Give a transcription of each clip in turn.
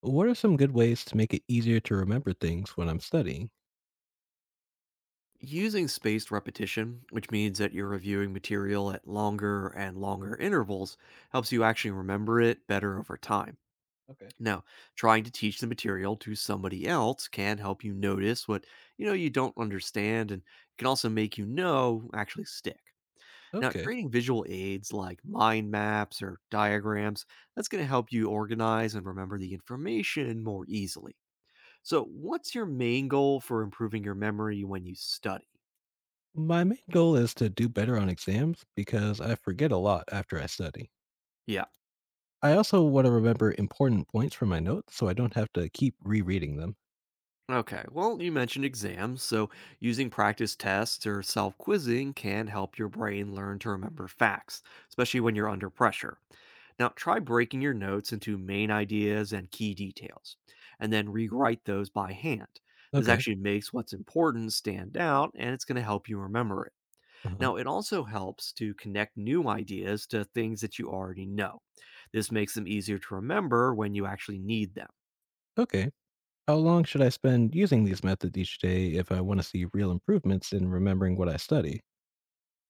What are some good ways to make it easier to remember things when I'm studying? Using spaced repetition, which means that you're reviewing material at longer and longer intervals, helps you actually remember it better over time. Okay. Now, trying to teach the material to somebody else can help you notice what you know you don't understand and can also make actually stick. Now, Okay. creating visual aids like mind maps or diagrams, that's going to help you organize and remember the information more easily. So, what's your main goal for improving your memory when you study? My main goal is to do better on exams because I forget a lot after I study. Yeah. I also want to remember important points from my notes so I don't have to keep rereading them. Okay, well, you mentioned exams, so using practice tests or self quizzing can help your brain learn to remember facts, especially when you're under pressure. Now, try breaking your notes into main ideas and key details, and then rewrite those by hand. This Okay. actually makes what's important stand out, and it's going to help you remember it. Uh-huh. Now, it also helps to connect new ideas to things that you already know. This makes them easier to remember when you actually need them. Okay. How long should I spend using these methods each day if I want to see real improvements in remembering what I study?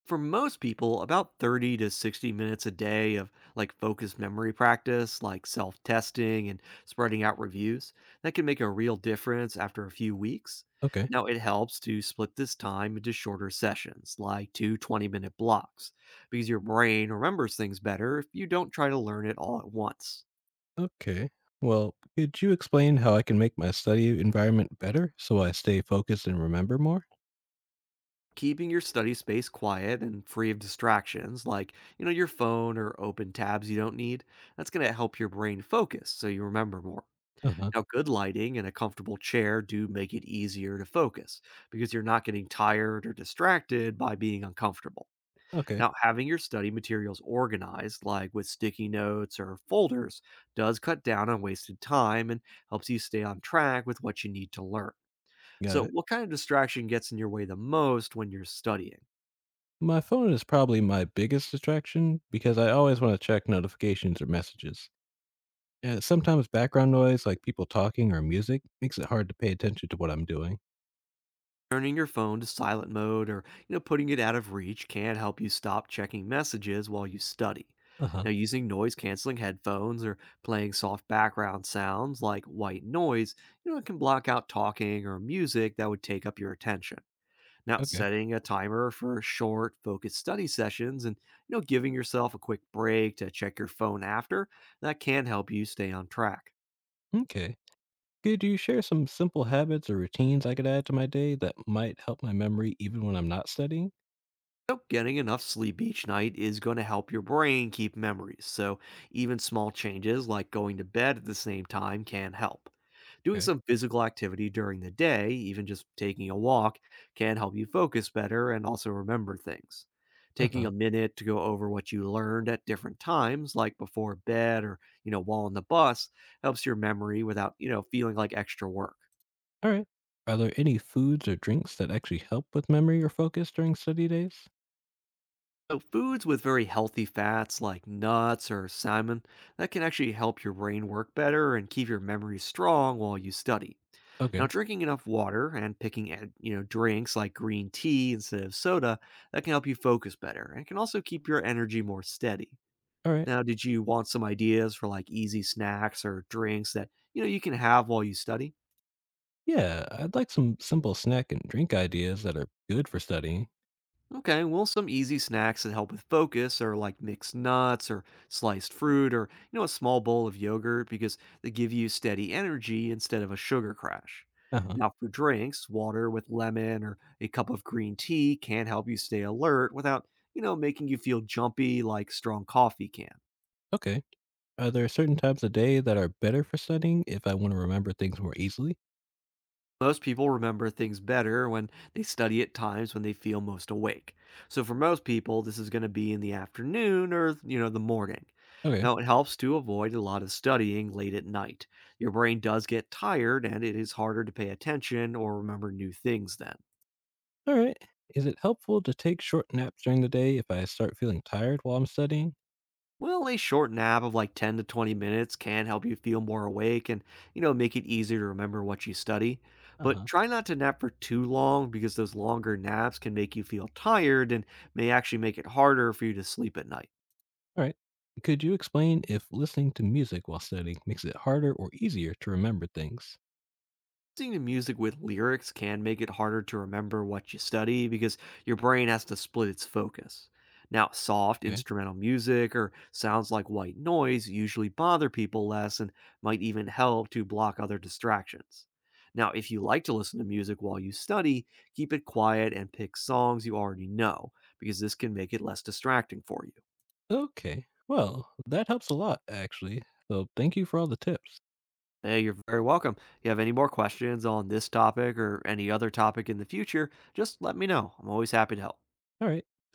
For most people, about 30 to 60 minutes a day of like focused memory practice, like self testing and spreading out reviews, that can make a real difference after a few weeks. Okay. Now, it helps to split this time into shorter sessions, like two 20-minute blocks, because your brain remembers things better if you don't try to learn it all at once. Okay. Well, could you explain how I can make my study environment better so I stay focused and remember more? Keeping your study space quiet and free of distractions, like your phone or open tabs you don't need, that's going to help your brain focus so you remember more. Uh-huh. Now, good lighting and a comfortable chair do make it easier to focus because you're not getting tired or distracted by being uncomfortable. Okay. Now, having your study materials organized, like with sticky notes or folders, does cut down on wasted time and helps you stay on track with what you need to learn. Got So, it. what kind of distraction gets in your way the most when you're studying? My phone is probably my biggest distraction because I always want to check notifications or messages. Sometimes background noise, like people talking or music, makes it hard to pay attention to what I'm doing. Turning your phone to silent mode or putting it out of reach can help you stop checking messages while you study. Uh huh. Now, using noise canceling headphones or playing soft background sounds like white noise, it can block out talking or music that would take up your attention. Now, Okay. setting a timer for short, focused study sessions and giving yourself a quick break to check your phone after, that can help you stay on track. Okay. Could you share some simple habits or routines I could add to my day that might help my memory even when I'm not studying? So, getting enough sleep each night is going to help your brain keep memories. So, even small changes like going to bed at the same time can help. Doing Okay. some physical activity during the day, even just taking a walk, can help you focus better and also remember things. Uh Taking a huh. minute to go over what you learned at different times, like before bed or while on the bus, helps your memory without feeling like extra work. All right. Are there any foods or drinks that actually help with memory or focus during study days? So foods with very healthy fats like nuts or salmon that can actually help your brain work better and keep your memory strong while you study. Now Okay. drinking enough water and picking drinks like green tea instead of soda that can help you focus better and can also keep your energy more steady. All right. Now did you want some ideas for like easy snacks or drinks that you can have while you study? Yeah, I'd like some simple snack and drink ideas that are good for studying. Okay, well, some easy snacks that help with focus are like mixed nuts or sliced fruit or a small bowl of yogurt because they give you steady energy instead of a sugar crash. Uh huh. Now, for drinks, water with lemon or a cup of green tea can help you stay alert without making you feel jumpy like strong coffee can. Okay. Are there certain times of day that are better for studying if I want to remember things more easily? Most people remember things better when they study at times when they feel most awake. So for most people, this is going to be in the afternoon or the morning. Okay. Now, it helps to avoid a lot of studying late at night. Your brain does get tired and it is harder to pay attention or remember new things then. All right. Is it helpful to take short naps during the day if I start feeling tired while I'm studying? Well, a short nap of like 10 to 20 minutes can help you feel more awake and make it easier to remember what you study. Uh But huh. try not to nap for too long because those longer naps can make you feel tired and may actually make it harder for you to sleep at night. All right. Could you explain if listening to music while studying makes it harder or easier to remember things? Listening to music with lyrics can make it harder to remember what you study because your brain has to split its focus. Now, soft Okay. instrumental music or sounds like white noise usually bother people less and might even help to block other distractions. Now, if you like to listen to music while you study, keep it quiet and pick songs you already know because this can make it less distracting for you. Okay. Well, that helps a lot, actually. So thank you for all the tips. Hey, you're very welcome. If you have any more questions on this topic or any other topic in the future, just let me know. I'm always happy to help. All right.